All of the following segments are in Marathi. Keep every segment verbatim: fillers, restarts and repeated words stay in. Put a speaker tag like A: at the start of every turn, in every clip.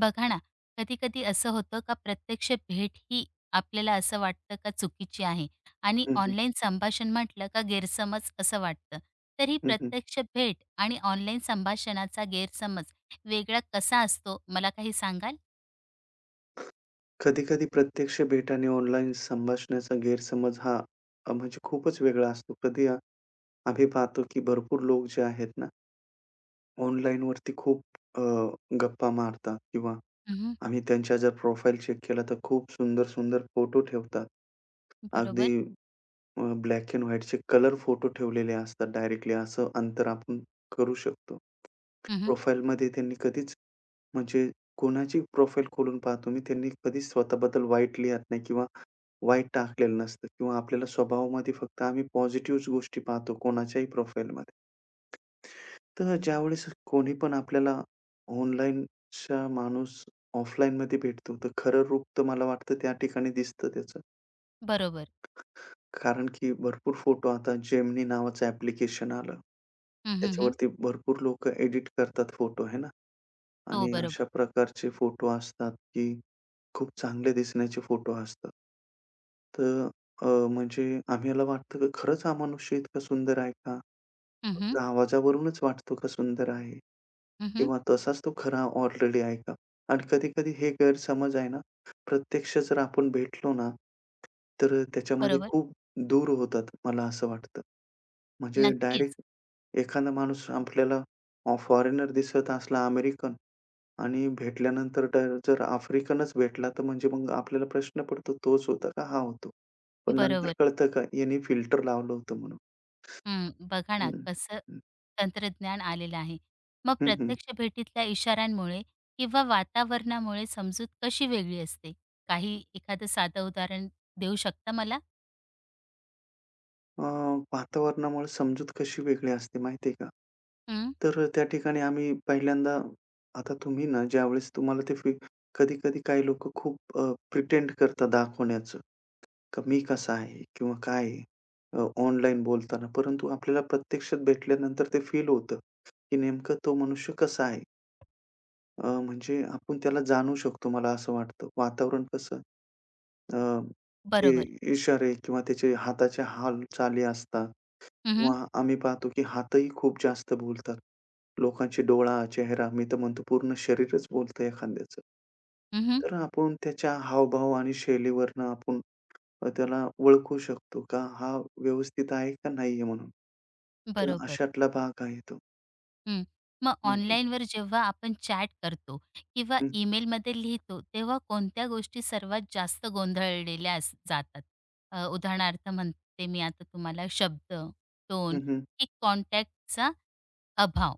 A: बघा ना, कधी-कधी असं होतं का प्रत्यक्ष भेट ही आपल्याला असं वाटतं का चुकीची आहे आणि
B: हं, हं.
A: ऑनलाईन संभाषण म्हटलं का गैरसमज असं वाटतं. तर ही
B: हं, हं.
A: प्रत्यक्ष भेट आणि ऑनलाईन संभाषणाचा गैरसमज वेगळा कसा असतो मला काही सांगाल?
B: कधी-कधी प्रत्यक्ष भेट आणि ऑनलाईन संभाषणाचा गैरसमज हा अ, म्हणजे खूपच वेगळा असतो. कधी आ आम्ही पाहतो, की भरपूर लोक जे आहेत ना, ऑनलाईनवरती खूप अ, गप्पा मारतात किंवा
A: हं,
B: आम्ही त्यांच्या जर प्रोफाइल चेक केला, तर खूप सुंदर-सुंदर फोटो ठेवतात. अगदी
A: बरोबर.
B: अ, ब्लॅक अँड व्हाईटचे कलर फोटो ठेवलेले असतात डायरेक्टली असं अंतर आपण करू शकतो.
A: हं,
B: प्रोफाईलमध्ये त्यांनी कधीच म्हणजे कोणाची प्रोफाईल खोलून पाहतो मी, त्यांनी कधीच स्वतःबद्दल वाईट लिहत नाही किंवा वाईट टाकलेलं नसतं किंवा आपल्याला स्वभावामध्ये फक्त आम्ही पॉझिटिव्हच गोष्टी पाहतो कोणाच्याही प्रोफाईलमध्ये. तर ज्यावेळेस कोणी पण आपल्याला ऑनलाईनचा माणूस ऑफलाईनमध्ये भेटतो, तर खरं रूप तर मला वाटतं त्या ठिकाणी दिसतं त्याचं.
A: बरोबर.
B: कारण की भरपूर फोटो आता Gemini नावाचं ॲप्लिकेशन आलं.
A: हं,
B: त्याच्यावरती भरपूर लोक एडिट करतात फोटो है ना
A: हो,
B: आणि
A: बरोबर.
B: अशा प्रकारचे फोटो असतात, की खूप चांगले दिसण्याचे फोटो असतात. तर अ, म्हणजे आम्हाला वाटतं की खरंच हा मनुष्य इतका सुंदर आहे का?
A: हं,
B: फक्त
A: हं.
B: आवाजावरूनच वाटतो का सुंदर आहे? किंवा तसाच तो खरा ऑलरेडी आहे का? आणि कधी-कधी हे गैरसमज आहे ना, प्रत्यक्ष जर आपण भेटलो ना, तर अ, त्याच्यामध्ये
A: बरोबर.
B: खूप दूर होतात, मला असं वाटतं. म्हणजे
A: नक्कीच.
B: डायरेक्ट एखादा माणूस आपल्याला अ, फॉरेनर दिसत असला अमेरिकन आणि भेटल्यानंतर तर जर आफ्रिकनच भेटला, तर म्हणजे मग आपल्याला प्रश्न पडतो, तोच होता का हा होतो? पण नंतर
A: बरोबर.
B: कळतं का याने फिल्टर लावलं होतं म्हणून.
A: हं, बघा ना
B: हं,
A: कसं
B: हं.
A: तंत्रज्ञान आलेलं आहे. मग
B: हं,
A: प्रत्यक्ष भेटीतल्या इशाऱ्यांमुळे किंवा वातावरणामुळे समजूत कशी वेगळी असते? काही एखादं साधं उदाहरण देऊ शकता मला?
B: अ, वातावरणामुळे समजूत कशी वेगळी असते माहिती आहे का?
A: हं,
B: तर अ, त्या ठिकाणी आम्ही पहिल्यांदा आता तुम्ही ना ज्यावेळेस तुम्हाला ते फी कधी-कधी काही लोकं खूप अ, प्रिटेंड करतात दाखवण्याचं, का मी कसा आहे किंवा काय आहे ऑनलाईन बोलताना. परंतु आपल्याला प्रत्यक्षात भेटल्यानंतर ते फील होतं, की नेमकं तो मनुष्य कसा आहे. अ, म्हणजे आपण त्याला जाणू शकतो मला असं वाटतं. वातावरण कसं अ, जे
A: बरोबर.
B: इशारे किंवा त्याचे हाताचे हालचाली असतात
A: हं, हं.
B: किंवा आम्ही पाहतो की हातही खूप जास्त बोलतात. लोकांचे डोळा, चेहरा, मी तर म्हणतो पूर्ण शरीरच बोलतं एखाद्याचं.
A: हं, हं.
B: तर आपण त्याच्या हावभाव आणि शैलीवरनं आपण अ, त्याला ओळखू शकतो का हा व्यवस्थित आहे का नाही आहे म्हणून. तर
A: बरोबर.
B: अशातला भाग आहे तो.
A: हं. मग
B: हं, हं.
A: ऑनलाईनवर जेव्हा आपण चॅट करतो किंवा
B: हं,
A: ईमेलमध्ये लिहितो, तेव्हा कोणत्या गोष्टी सर्वात जास्त गोंधळलेल्या अस जातात? अ, उदाहरणार्थ म्हणते मी आता तुम्हाला शब्द, टोन
B: हं, हं.
A: की कॉन्टॅक्टचा अभाव?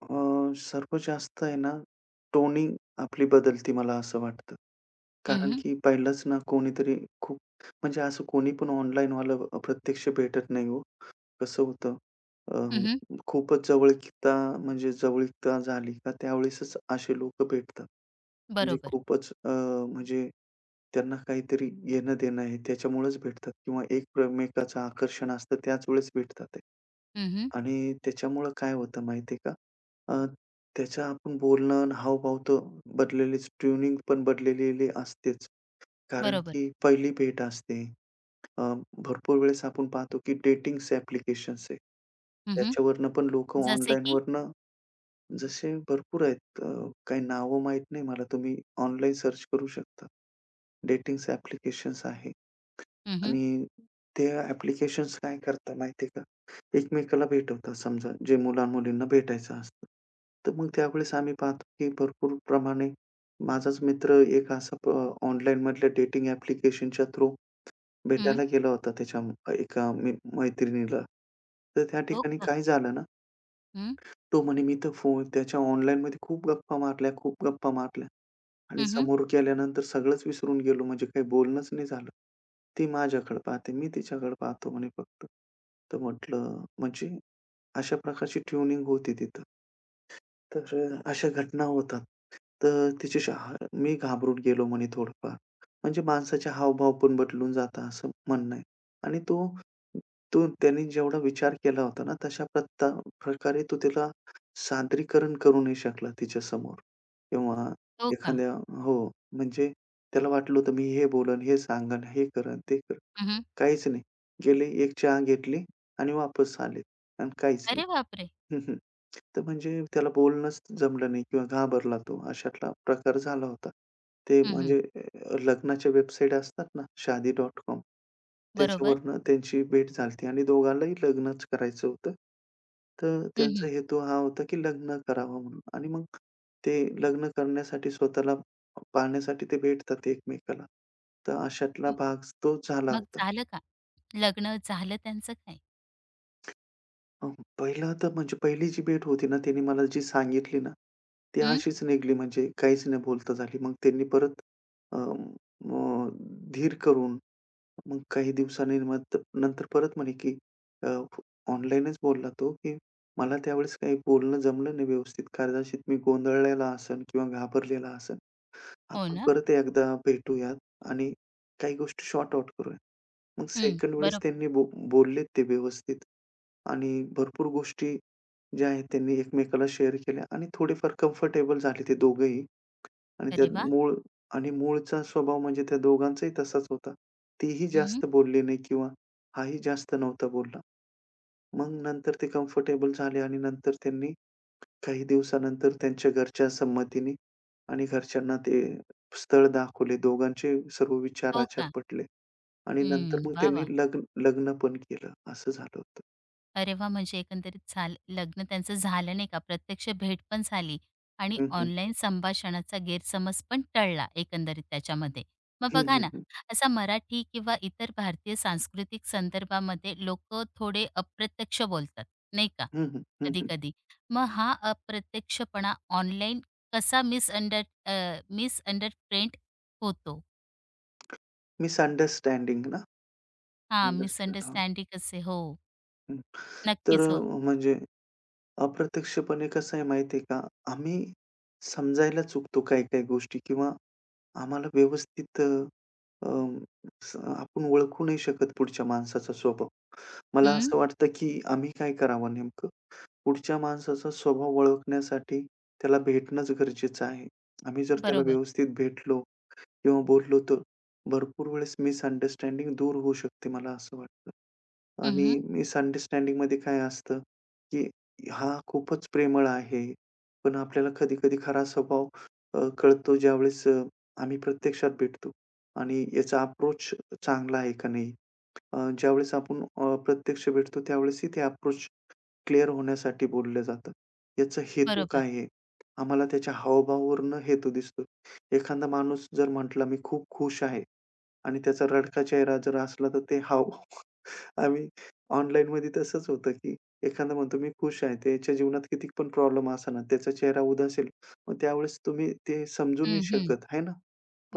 B: सर्वात जास्त आहे ना टोनिंग आपली बदलते मला असं वाटतं.
A: हं,
B: कारण
A: हं.
B: की पहिलंच ना कोणीतरी खूप म्हणजे असं कोणी पण ऑनलाईनवालं प्रत्यक्ष भेटत नाही हो. कसं होतं अ, खूपच जवळकीकता म्हणजे जवळीकता झाली का त्यावेळेसच असे लोकं भेटतात. म्हणजे
A: बरोबर.
B: खूपच अ, म्हणजे त्यांना काहीतरी घेणं-देणं आहे त्याच्यामुळेच भेटतात किंवा एकमेकाचं आकर्षण असतं त्याच वेळेस भेटतात ते.
A: हं, हं.
B: आणि त्याच्यामुळं काय होतं माहिती का अ, त्याचं आपण बोलणं आणि हावभाव तर बदललेलीच, ट्युनिंग पण बदललेली असतेच. कारण
A: बरोबर.
B: की पहिली भेट असते. अ, भरपूर वेळेस आपण पाहतो की डेटिंग्स ॲप्लिकेशन्स आहे.
A: हं,
B: त्याच्यावरनं पण लोकं
A: जसे की?
B: ऑनलाईनवरनं जसे भरपूर आहेत. अ, काही नावं माहीत नाही मला. तुम्ही ऑनलाईन सर्च करू शकता. डेटिंग्स ॲप्लिकेशन्स आहे
A: हं, हं.
B: आणि ते ॲप्लिकेशन्स काय करतात माहिती आहे का? एकमेकाला भेटवतात समजा जे मुला-मुलींना भेटायचं असतं. तर मग त्यावेळेस आम्ही पाहतो की भरपूर प्रमाणे माझाच मित्र एक असा प ऑनलाईनमधल्या डेटिंग ॲप्लिकेशनच्या थ्रू भेटायला गेला होता त्याच्या म- एका मी मैत्रिणीला. तर त्या
A: हो
B: ठिकाणी
A: का?
B: काय झालं ना,
A: हं.
B: तो म्हणे, "मी तर फो त्याच्या ऑनलाईनमध्ये खूप गप्पा मारल्या, खूप गप्पा मारल्या." आणि
A: हं,
B: समोर गेल्यानंतर सगळंच विसरून गेलो म्हणजे काही बोलणंच नाही झालं. ती माझ्याकडे पाहते, मी तिच्याकडे पाहतो म्हणे फक्त. तर म्हटलं म्हणजे अशा प्रकारची ट्युनिंग होती तिथं. तर अ, अशा घटना होतात. तर तिच्याशी हा मी घाबरून गेलो म्हणे थोडंफार. म्हणजे माणसाचे हावभाव पण बदलून जातात असं म्हणणं आहे. आणि तो तो त्याने जेवढा विचार केला होता ना, तशा प्रत्ता प्रकारे तो त्याला सादरीकरण करू नाही शकला तिच्यासमोर किंवा
A: हो का?
B: एखाद्या हो, म्हणजे त्याला वाटलं होतं मी हे बोलन हे सांगन हे करन ते करेन.
A: हं,
B: काहीच नाही. गेले एक चहा घेतली आणि वापस आले आणि काहीच नाही.
A: अरे बापरे!
B: हं, हं. तर म्हणजे त्याला बोलणंच जमलं नाही किंवा घाबरला तो, अशातला प्रकार झाला होता. ते
A: हं,
B: म्हणजे अ, लग्नाच्या वेबसाईट असतात ना, शादी डॉट कॉम
A: बरोबर.
B: त्याच्यावरनं त्यांची भेट झाली होती आणि दोघांनाही लग्नच करायचं होतं. तर त्यांचा
A: हं,
B: हेतू हा होता, की लग्न करावं म्हणून आणि मग ते लग्न करण्यासाठी स्वतःला पाहण्यासाठी ते भेटतात एकमेकाला. तर अशातला
A: म
B: भाग तो झाला
A: मग
B: होता.
A: झालं का? लग्न झालं त्यांचं काय?
B: अ, पहिला तर म्हणजे पहिली जी भेट होती ना, त्यांनी मला जी सांगितली ना, ती
A: हं.
B: अशीच निघाली म्हणजे काहीच न बोलता झाली. मग त्यांनी परत अ, अ, धीर करून मग काही दिवसांनी मग नंतर परत म्हणे, की अ, ऑनलाईनच बोलला तो, की मला त्यावेळेस काही बोलणं जमलं नाही व्यवस्थित. कदाचित मी गोंधळलेला असेन किंवा घाबरलेला असेन.
A: हो
B: आपण
A: ना?
B: परत एकदा भेटूयात आणि काही गोष्टी सॉर्ट आउट करूया. मग
A: हं.
B: सेकंड वेळेस
A: बरोबर.
B: त्यांनी बो बोललेत ते व्यवस्थित आणि भरपूर गोष्टी ज्या आहेत त्यांनी एकमेकाला शेअर केल्या आणि थोडेफार कम्फर्टेबल झाले ते दोघंही आणि
A: अरे
B: त्यात
A: वाह!
B: मूळ आणि मूळचा स्वभाव म्हणजे त्या दोघांचाही तसाच होता. तीही
A: हं.
B: जास्त बोलली नाही किंवा हाही जास्त नव्हता बोलला. मग नंतर ते कम्फर्टेबल झाले आणि नंतर त्यांनी काही दिवसानंतर त्यांच्या घरच्या संमतीने आणि घरच्यांना ते स्थळ दाखवले. दोघांचे सर्व विचार
A: हो
B: आचार
A: का?
B: पटले. आणि नंतर
A: हं.
B: मग
A: वाह,
B: त्यांनी
A: वाह!
B: लग्न लग्न पण केलं. असं झालं होतं.
A: अरे वाह! म्हणजे एकंदरीत झाल लग्न त्यांचं झालं नाही का, प्रत्यक्ष भेट पण झाली आणि
B: हं, हं.
A: ऑनलाईन संभाषणाचा गैरसमज पण टळला एकंदरीत त्याच्यामध्ये. मग
B: हं,
A: बघा
B: हं,
A: ना,
B: हं.
A: असा मराठी किंवा इतर भारतीय सांस्कृतिक संदर्भामध्ये लोकं थोडे अप्रत्यक्ष बोलतात, नाही का,
B: हं, हं. हं, हं.
A: कधी-कधी. मग हा अप्रत्यक्षपणा ऑनलाईन कसा मिसअंडर मिसअंडरप्रेंट होतो?
B: मिसअंडरस्टँडिंग ना?
A: हां,
B: अंडरस्टँड हां.
A: मिसअंडरस्टँडिंग असे हो,
B: हं. तर
A: नक्कीच हो.
B: अ, म्हणजे अप्रत्यक्षपणे कसं आहे माहिती आहे का? आम्ही समजायला चुकतो काही-काही गोष्टी किंवा आम्हाला व्यवस्थित अ, अ, स आपण ओळखू नाही शकत पुढच्या माणसाचा स्वभाव. मला
A: हं,
B: असं वाटतं, की आम्ही काय करावं नेमकं? पुढच्या माणसाचा स्वभाव ओळखण्यासाठी त्याला भेटणंच गरजेचं आहे. आम्ही जर त्याला
A: बरोबर.
B: व्यवस्थित भेटलो किंवा बोललो तर भरपूर वेळेस मिसअंडरस्टँडिंग दूर होऊ शकते मला असं वाटतं. आणि
A: हं.
B: मिसअंडरस्टँडिंगमध्ये काय असतं, की हा खूपच प्रेमळ आहे. पण आपल्याला कधी-कधी खरा स्वभाव अ, कळतो ज्यावेळेस अ, आम्ही प्रत्यक्षात भेटतो आणि याचा अप्रोच चांगला आहे का नाही? अ, ज्यावेळेस आपण अ, प्रत्यक्ष भेटतो त्यावेळेसही ते अप्रोच क्लिअर होण्यासाठी बोललं जातं. याचा हेतू
A: बरोबर.
B: काय आहे? आम्हाला त्याच्या हावभावावरून हेतू दिसतो. एखादा माणूस जर म्हटला, "मी खूप खुश आहे" आणि त्याचा रडका चेहरा जर असला, तर ते हावभाव आम्ही ऑनलाईनमध्ये तसंच होतं, की एखादा म्हणतो, "मी खुश आहे." त्याच्या जीवनात किती पण प्रॉब्लेम असेना, त्याचा चेहरा उदासीन मग त्यावेळेस तुम्ही ते समजू नाही
A: हं, हं.
B: शकत, आहे ना?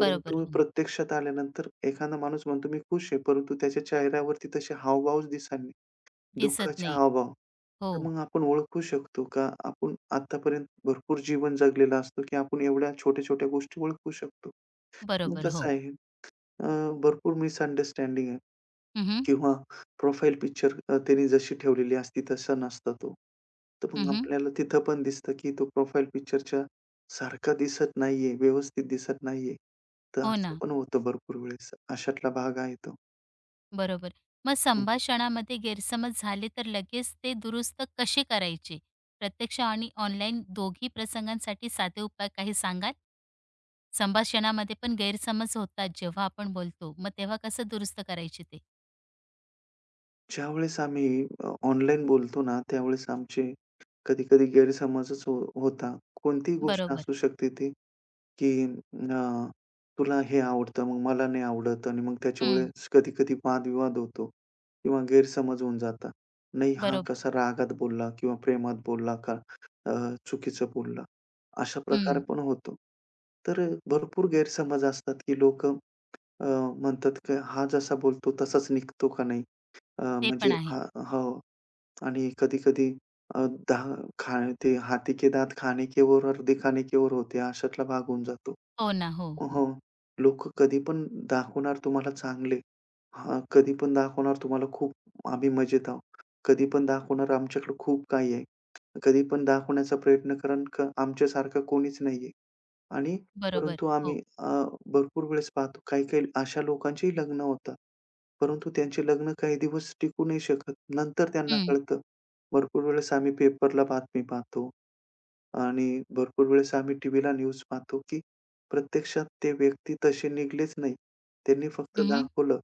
A: बरोबर, हो.
B: प्रत्यक्षात आल्यानंतर एखादा माणूस म्हणतो, "मी खुश आहे," परंतु त्याच्या चेहऱ्यावरती तसे हावभावच दिसेना.
A: दिसत
B: दुःखाचे
A: नाही.
B: हावभाव.
A: हो,
B: तर मग आपण ओळखू शकतो का? आपण आत्तापर्यंत भरपूर जीवन जगलेलं असतो, की आपण एवढ्या छोट्या-छोट्या गोष्टी ओळखू शकतो. मग
A: बरोबर,
B: कसं
A: हो.
B: आहे, अ, भरपूर मिसअंडरस्टँडिंग आहे
A: हं, हं.
B: किंवा प्रोफाइल पिक्चर त्यांनी जशी ठेवलेली असती तसा नसतो तो. तर मग आपल्याला तिथं पण दिसतं, की तो प्रोफाइल पिक्चरच्या सारखा दिसत नाहीये, व्यवस्थित दिसत नाहीये. तर
A: हो
B: असं
A: ना,
B: पण होतं भरपूर वेळेस. अशातला भाग आहे तो.
A: बरोबर. मग संभाषणामध्ये गैरसमज झाले तर लगेच ते दुरुस्त कसे करायचे? प्रत्यक्ष आणि ऑनलाईन दोघी प्रसंगांसाठी साधे उपाय काही सांगाल? संभाषणामध्ये पण गैरसमज होतात जेव्हा आपण बोलतो, मग तेव्हा कसं दुरुस्त करायचे ते?
B: ज्यावेळेस आम्ही अ, ऑनलाईन बोलतो ना, त्यावेळेस आमचे कधी-कधी गैरसमजच हो होता. कोणतीही गोष्ट
A: बरोबर.
B: असू शकते ती, की अ, तुला हे आवडतं, मग मला नाही आवडत आणि मग
A: हं,
B: त्याच्यावेळेस कधी-कधी वादविवाद होतो किंवा गैरसमज होऊन जातात. नाही, हा
A: बरोबर.
B: कसा रागात बोलला किंवा प्रेमात बोलला का अ, चुकीचं बोलला, अशा प्रकार
A: हं,
B: पण होतो. तर भरपूर गैरसमज असतात, की लोकं म्हणतात, की हा जसा बोलतो तसाच निघतो का नाही? अ,
A: ते
B: म्हणजे
A: पण आहे.
B: हां, हो. आणि कधी-कधी अ, दहा खा ते हाथी के दात खाने के और और दिखाने के और होते, अशातला भाग होऊन जातो.
A: हो ना, हो, हो.
B: हो. लोकं कधी पण दाखवणार तुम्हाला चांगले. हां, कधी पण दाखवणार तुम्हाला खूप आम्ही मजेत आहोत. कधी पण दाखवणार आमच्याकडे खूप काही आहे. कधी पण दाखवण्याचा प्रयत्न कारण का आमच्यासारखं कोणीच नाहीये. आणि
A: बरोबर,
B: परंतु आम्ही
A: हो.
B: अ, भरपूर वेळेस पाहतो काही-काही अशा लोकांचीही लग्न होतात. परंतु त्यांचे लग्न काही दिवस टिकू नाही शकत. नंतर त्यांना
A: हं,
B: कळतं. भरपूर वेळेस आम्ही पेपरला बातमी पाहतो आणि भरपूर वेळेस आम्ही टीव्हीला न्यूज पाहतो, की प्रत्यक्षात ते व्यक्ती तसे निघालेच नाही. त्यांनी फक्त
A: हं,
B: दाखवलं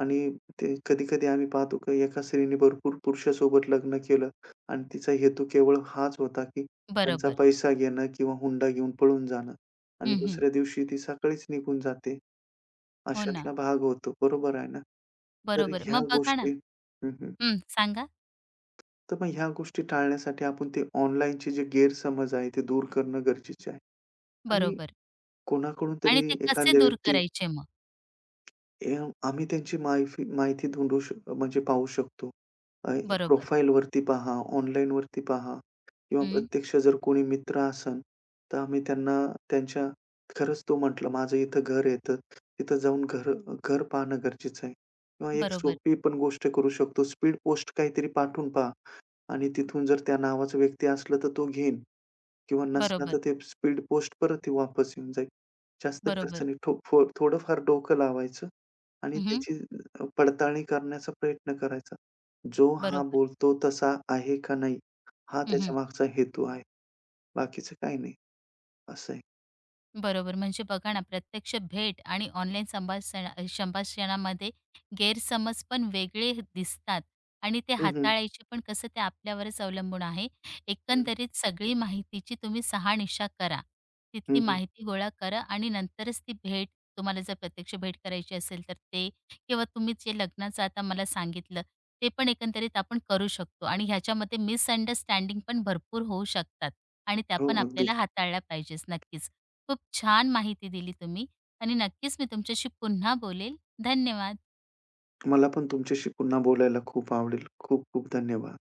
B: आणि ते कधी-कधी आम्ही पाहतो की एका स्त्रीने भरपूर पुरुषासोबत लग्न केलं आणि तिचा हेतू केवळ हाच होता, की त्यांचा
A: बरोबर.
B: पैसा घेणं किंवा हुंडा घेऊन पळून जाणं आणि
A: हं, हं.
B: दुसऱ्या दिवशी ती सकाळीच निघून जाते.
A: हो ना.
B: अशातला भाग होतो. बरोबर आहे ना? तर
A: बरोबर.
B: ह्या
A: मग बघा ना
B: गोष्टी हं, हं.
A: हं, सांगा?
B: तर मग ह्या गोष्टी टाळण्यासाठी आपण ते ऑनलाईनचे जे गैरसमज आहे ते दूर करणं गरजेचे आहे आणि
A: बरोबर.
B: कोणाकडून
A: आणि
B: तरी
A: ते कसे
B: एखाद्या
A: दूर
B: व्यक्ती
A: करायचे मग?
B: ए, आम्ही त्यांची माहिती माहिती ढूंढू शक म्हणजे पाहू शकतो. अ,
A: बरोबर.
B: प्रोफाईलवरती पहा, ऑनलाईनवरती पहा किंवा
A: हं.
B: प्रत्यक्ष जर कोणी मित्र असेल, तर आम्ही त्यांना त्यांच्या खरंच तो म्हटला, "माझं इथं घर आहे, तर तिथं जाऊन घर घर पाहणं गरजेचं आहे." किंवा एक
A: बरोबर,
B: सोपी पण गोष्ट करू शकतो. स्पीड पोस्ट काहीतरी पाठवून पहा आणि तिथून जर त्या नावाचा व्यक्ती असला, तर तो घेईन किंवा नसला,
A: बरोबर,
B: तर ते स्पीड पोस्ट परत ते वापस येऊन जाईल. जास्त
A: बरोबर.
B: खर्चाने ठो फो थोडंफार डोकं लावायचं. आणि
A: हं,
B: त्याची अ, पडताळणी करण्याचा प्रयत्न करायचा. जो हा
A: बरोबर.
B: बोलतो तसा आहे का नाही? हा
A: हं.
B: त्याच्यामागचा हेतू आहे. बाकीचं काही नाही. असं आहे.
A: बरोबर. म्हणजे बघा ना, प्रत्यक्ष भेट आणि ऑनलाईन संभाषणा संभाषणामध्ये गैरसमज पण वेगळे दिसतात आणि ते
B: हं, हं.
A: हाताळायचे पण कसं ते आपल्यावरच अवलंबून आहे. एकंदरीत सगळी माहितीची तुम्ही शहानिशा करा.
B: हं,
A: तिथली
B: हं.
A: माहिती गोळा करा आणि नंतरच ती भेट तुम्हाला जर प्रत्यक्ष भेट करायची असेल तर ते किंवा तुम्ही जे लग्नाचं आता मला सांगितलं, ते पण एकंदरीत आपण करू शकतो आणि ह्याच्यामध्ये मिसअंडरस्टँडिंग पण भरपूर होऊ शकतात आणि त्या
B: हो,
A: पण
B: अगदीच.
A: आपल्याला हाताळल्या पाहिजेच नक्कीच. खूप छान माहिती दिली तुम्ही आणि नक्कीच मी तुमच्याशी पुन्हा बोलेल. धन्यवाद.
B: मला पण तुमच्याशी पुन्हा बोलायला खूप आवडेल. खूप खूप धन्यवाद.